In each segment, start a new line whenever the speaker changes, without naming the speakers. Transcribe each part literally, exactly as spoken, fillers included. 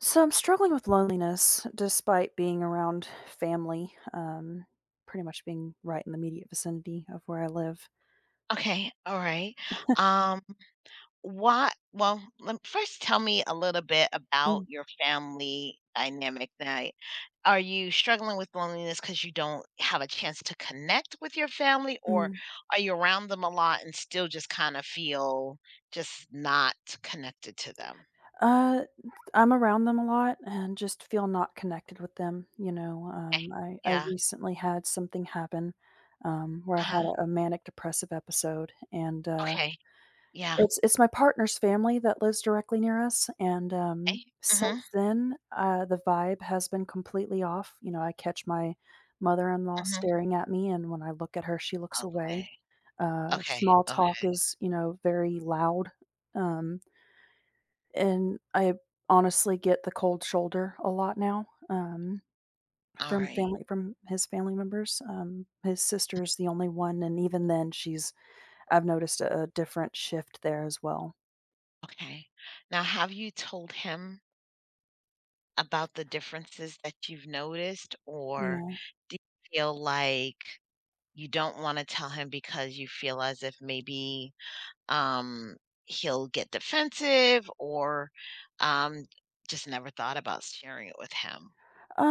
So I'm struggling with loneliness despite being around family, um, pretty much being right in the immediate vicinity of where I live.
Okay, all right. Um, what well, lem first tell me a little bit about
Mm.
your family dynamic That Are you struggling with loneliness because you don't have a chance to connect with your family, or
Mm.
are you around them a lot and still just kinda feel just not connected to them?
Uh, I'm around them a lot and just feel not connected with them. You know,
Okay.
um, I, I
Yeah.
recently had something happen, um, where I had
Uh-huh.
a, a manic depressive episode, and uh,
Okay. Yeah.
It's it's my partner's family that lives directly near us, and, um,
Okay. Mhm,
since then, uh, the vibe has been completely off. You know, I catch my mother-in-law
mhm.
staring at me, and when I look at her, she looks away.
Okay.
Uh,
Okay,
small talk
okay.
is, you know, very loud, um, and I honestly get the cold shoulder a lot now, um, from
Alright.
family from his family members. Um, his sister is the only one, and even then, she's I've noticed a a different shift there as well.
Okay. Now have you told him about the differences that you've noticed, or
Yeah.
do you feel like you don't wanna tell him because you feel as if maybe, um, he'll get defensive or, um, just never thought about sharing it with him?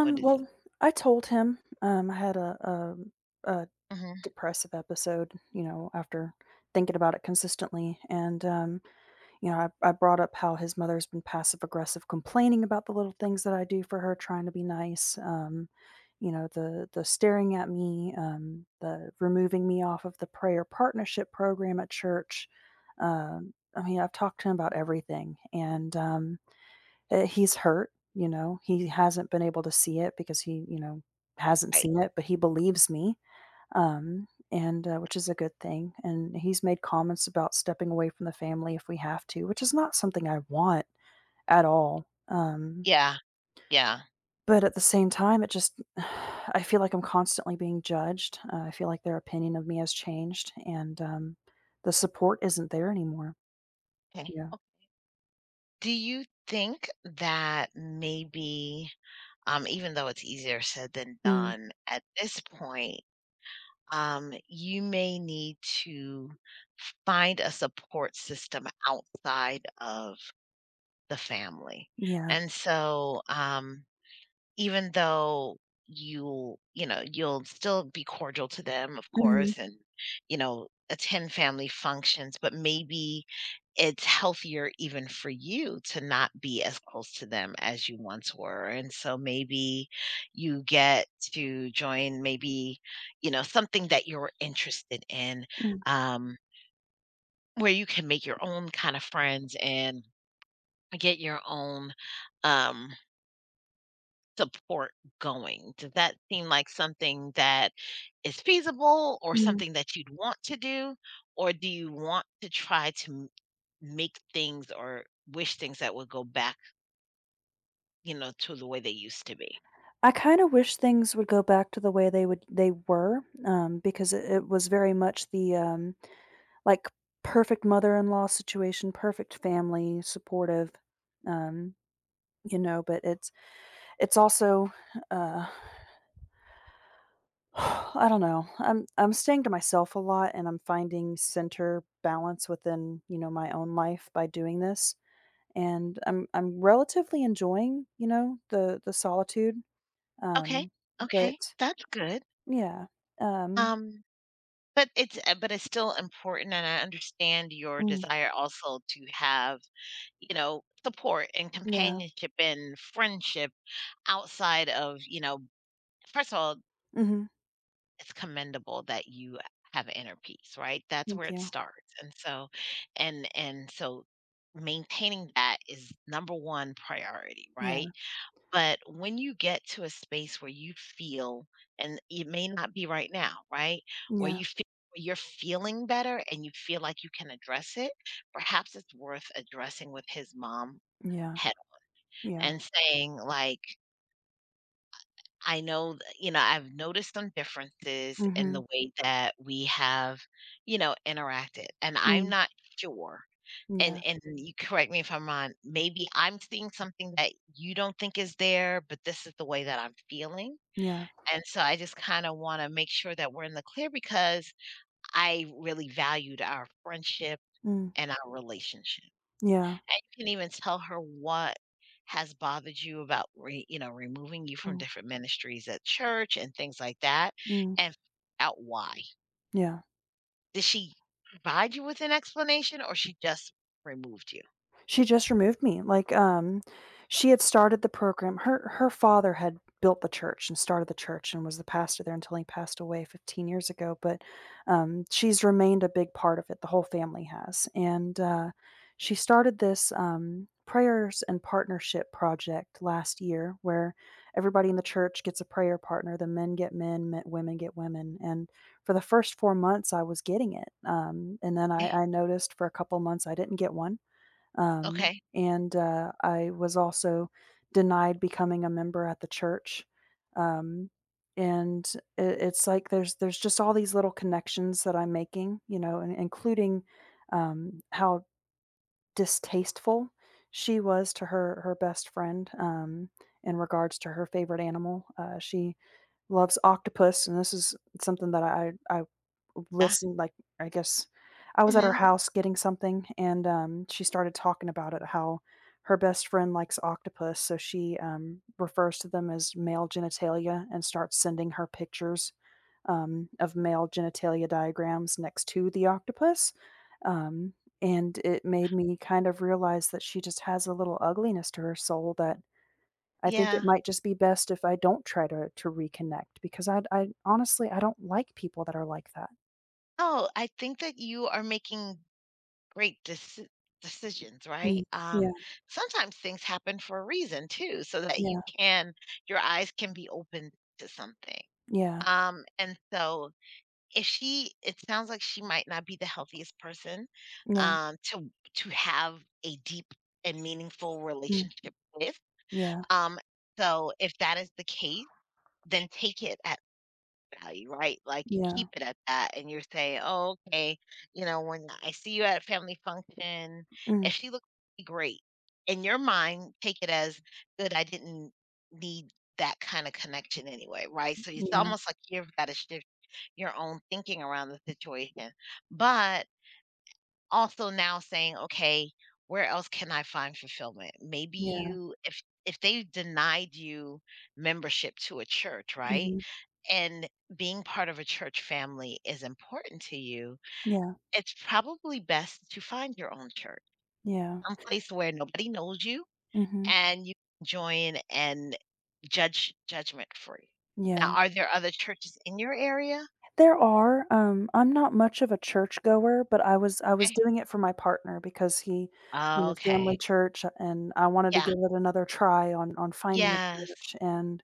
What is it?
well, I told him, um, I had a, um, a
Mhm.
depressive episode, you know, after thinking about it consistently. And, um, you know, I, I brought up how his mother's been passive aggressive, complaining about the little things that I do for her, trying to be nice. Um, you know, the, the staring at me, um, the removing me off of the prayer partnership program at church. Um, I mean, I've talked to him about everything, and, um, uh, he's hurt. You know, he hasn't been able to see it because he, you know, hasn't
Right.
seen it, but he believes me, um, and, uh, which is a good thing, and he's made comments about stepping away from the family if we have to, which is not something I want at all, um,
Yeah, yeah.
but at the same time, it just I feel like I'm constantly being judged. uh, I feel like their opinion of me has changed, and, um, the support isn't there anymore.
Okay.
Yeah.
Oh do you think that maybe, um, even though it's easier said than
Mm.
done at this point, um, you may need to find a support system outside of the family.
Yeah.
And so, um, even though you you know, you'll still be cordial to them, of
Mhm.
course, and, you know, attend family functions, but maybe it's healthier even for you to not be as close to them as you once were, and so maybe you get to join maybe, you know, something that you're interested in,
Mm.
um, where you can make your own kind of friends and get your own, um support going? Does that seem like something that is feasible or
Mm.
something that you'd want to do? Or do you want to try to m make things or wish things that would go back, you know, to the way they used to be?
I kinda wish things would go back to the way they would they were, um, because it it was very much the, um, like, perfect mother-in-law situation, perfect family, supportive, um, you know, but it's it's also, uh, I don't know. I'm I'm staying to myself a lot, and I'm finding center balance within, you know, my own life by doing this, and I'm I'm relatively enjoying, you know, the the solitude,
Okay,
um,
okay,
but
that's good.
yeah. um
Um, but it's uh, but it's still important, and I understand your
Mm.
desire also to have, you know, support and
Yeah.
companionship and friendship outside of, you know first of all,
Mhm.
it's commendable that you have inner peace, right? That's where
Thank
it
you.
starts. And so and and so maintaining that is number one priority,
Yeah.
right? But when you get to a space where you feel, and it may not be right now, right? Where
Yeah.
you feel you're feeling better and you feel like you can address it, perhaps it's worth addressing with his mom
Yeah.
head on
Yeah.
and saying, like, I know th you know, I've noticed some differences in the
Mhm.
way that we have, you know, interacted, and I'm
Mm.
not sure, and
Yeah.
and you correct me if I'm wrong, maybe I'm seeing something that you don't think is there, but this is the way that I'm feeling,
Yeah.
and so I just kinda wanna make sure that we're in the clear because I really valued our friendship
Mm.
and our relationship.
Yeah.
And you can even tell her what has bothered you about re you know, removing you from
Mm.
different ministries at church and things like that,
Mm.
and find out why.
Yeah.
Did she provide you with an explanation, or she just removed you?
She just removed me. Like, um, she had started the program. Her her father had built the church and started the church and was the pastor there until he passed away fifteen years ago, but, um, she's remained a big part of it, the whole family has, and, uh, she started this, um, prayers and partnership project last year where everybody in the church gets a prayer partner, the men get men, men women get women, and for the first four months, I was getting it, um, and then I
Eh,
I noticed for a couple months I didn't get one, um,
okay.
and uh, I was also denied becoming a member at the church. Um, and it, it's like there's there's just all these little connections that I'm making, you know, and including, um, how distasteful she was to her her best friend, um, in regards to her favorite animal. Uh, she loves octopus, and this is something that I I
Yeah.
listened like, I guess I was at her
Mhm.
house getting something, and, um, she started talking about it, how her best friend likes octopus, so she, um, refers to them as male genitalia and starts sending her pictures, um, of male genitalia diagrams next to the octopus. Um and it made me kind of realize that she just has a little ugliness to her soul, that I think it
Yeah.
might just be best if I don't try to to reconnect, because i I honestly, I don't like people that are like that.
Oh, I think that you are making great deci decisions,
Mm.
right? Um,
Yeah.
sometimes things happen for a reason too, so that you
Yeah.
can your eyes can be opened to something.
Yeah.
Um, and so if she, it sounds like she might not be the healthiest person,
Yeah.
um, to to have a deep and meaningful
Mm.
relationship with.
Yeah.
Um, so if that is the case, then take it at value, right? Like, you
Yeah.
keep it at that and you say, oh, okay, you know, when I see you at a family function,
Mm.
if she looks great, in your mind, take it as good, I didn't need that kind of connection anyway, right? So it's
Yeah.
almost like you've got to shift your own thinking around the situation, but also now saying, okay, where else can I find fulfillment? Maybe
Yeah.
you, if if they denied you membership to a church, right?
Mhm.
And being part of a church family is important to you,
Yeah.
it's probably best to find your own church,
Yeah.
some place where nobody knows you
Mhm.
and you can join and judge judgment free. Now,
Yeah.
are there other churches in your area?
There are. um, I'm not much of a church goer, but I was I was
Okay.
doing it for my partner because he, you know, family
Okay.
church, and I wanted to
Yeah,
give it another try on on finding a
yes.
church, and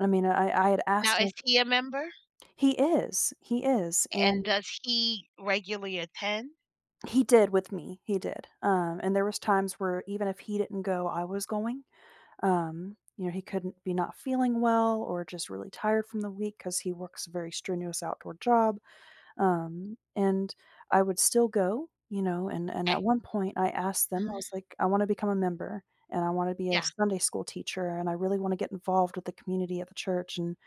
I mean, I I had
Now
asked him.
is he a member?
He is. He is.
And
And
does he regularly attend?
he did with me, he did. Um, and there was times where even if he didn't go, I was going, um, you know, he couldn't be not feeling well or just really tired from the week because he works a very strenuous outdoor job. Um, and I would still go, you know, and and at
Okay.
one point I asked them, I
Mhm.
was like, "I wanna become a member, and I wanna be a
Yeah.
Sunday school teacher, and I really wanna get involved with the community at the church." And,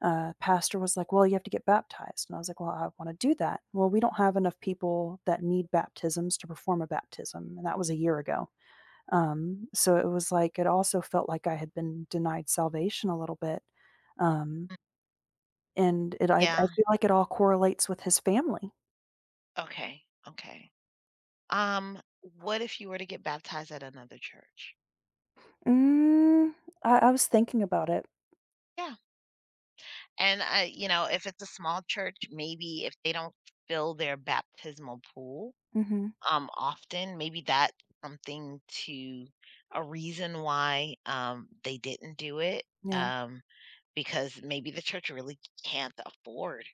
uh, pastor was like, "Well, you have to get baptized," and I was like, "Well, I wanna do that." "Well, we don't have enough people that need baptisms to perform a baptism," and that was a year ago. Um, so it was like it also felt like I had been denied salvation a little bit, um,
Mm,
and it I I
yeah.
feel like it all correlates with his family.
Okay, okay. Um, what if you were to get baptized at another church?
Mm. I I was thinking about it.
Yeah. And, I, you know, if it's a small church, maybe if they don't fill their baptismal pool,
Mhm.
um, often, maybe that's something to a reason why, um, they didn't do it,
Yeah.
um, because maybe the church really can't afford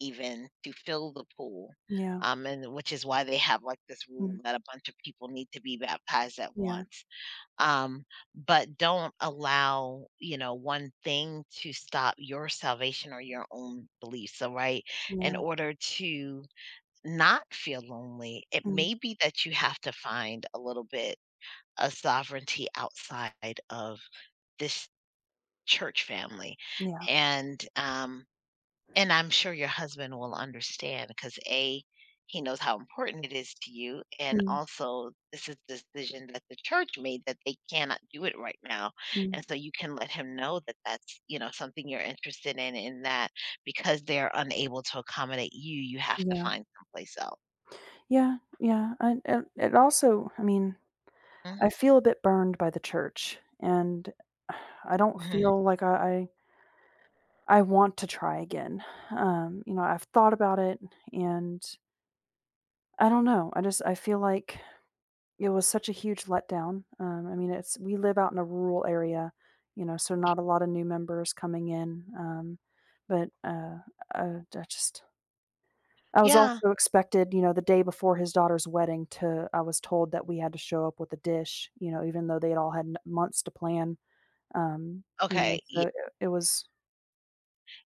even to fill the pool,
Yeah.
um, and which is why they have like this rule
Mm.
that a bunch of people need to be baptized at
Yeah.
once. Um, but don't allow, you know, one thing to stop your salvation or your own beliefs. So, right, in
Yeah.
order to not feel lonely, it
Mm.
may be that you have to find a little bit of sovereignty outside of this church family.
Yeah.
And um, and I'm sure your husband will understand because A, he knows how important it is to you, and
Mm.
also this is the decision that the church made that they cannot do it right now.
Mm.
And so you can let him know that that's, you know, something you're interested in, and that because they're unable to accommodate you, you have to
Yeah.
find someplace else.
Yeah. Yeah. And and it also, I mean, I feel a bit burned by the church, and I don't
Mm-hmm.
feel like I I I want to try again. Um, you know, I've thought about it, and I don't know. I just I feel like it was such a huge letdown. Um, I mean, it's we live out in a rural area, you know, so not a lot of new members coming in. Um, but uh, uh, I just I was
Yeah.
also expected, you know, the day before his daughter's wedding to I was told that we had to show up with a dish, you know, even though they had all had n- months to plan. Um, you know,
Okay.
so
Yeah.
it, it was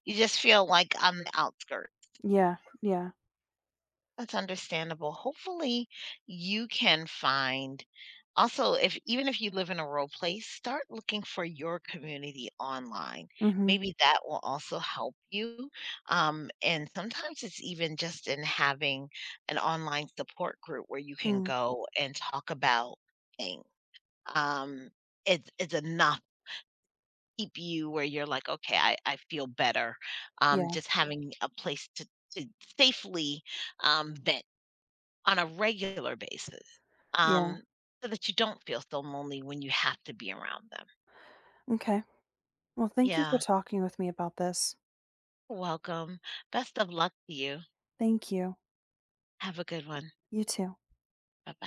You just feel like on the outskirts.
yeah. Yeah.
That's understandable. Hopefully, you can find. Also, if even if you live in a rural place, start looking for your community online.
Mhm.
Maybe that will also help you. Um, and sometimes it's even just in having an online support group where you can
Mm.
go and talk about things. Um, it's it's enough to keep you where you're like, okay, I, I feel better. Um,
Yeah.
just having a place to to safely, um, vent on a regular basis,
Yeah.
um, so that you don't feel so lonely when you have to be around them.
Okay. Well, thank you for
Yeah,
talking with me about this.
welcome. Best of luck to you.
Thank you.
Have a good one.
You too.
Bye bye.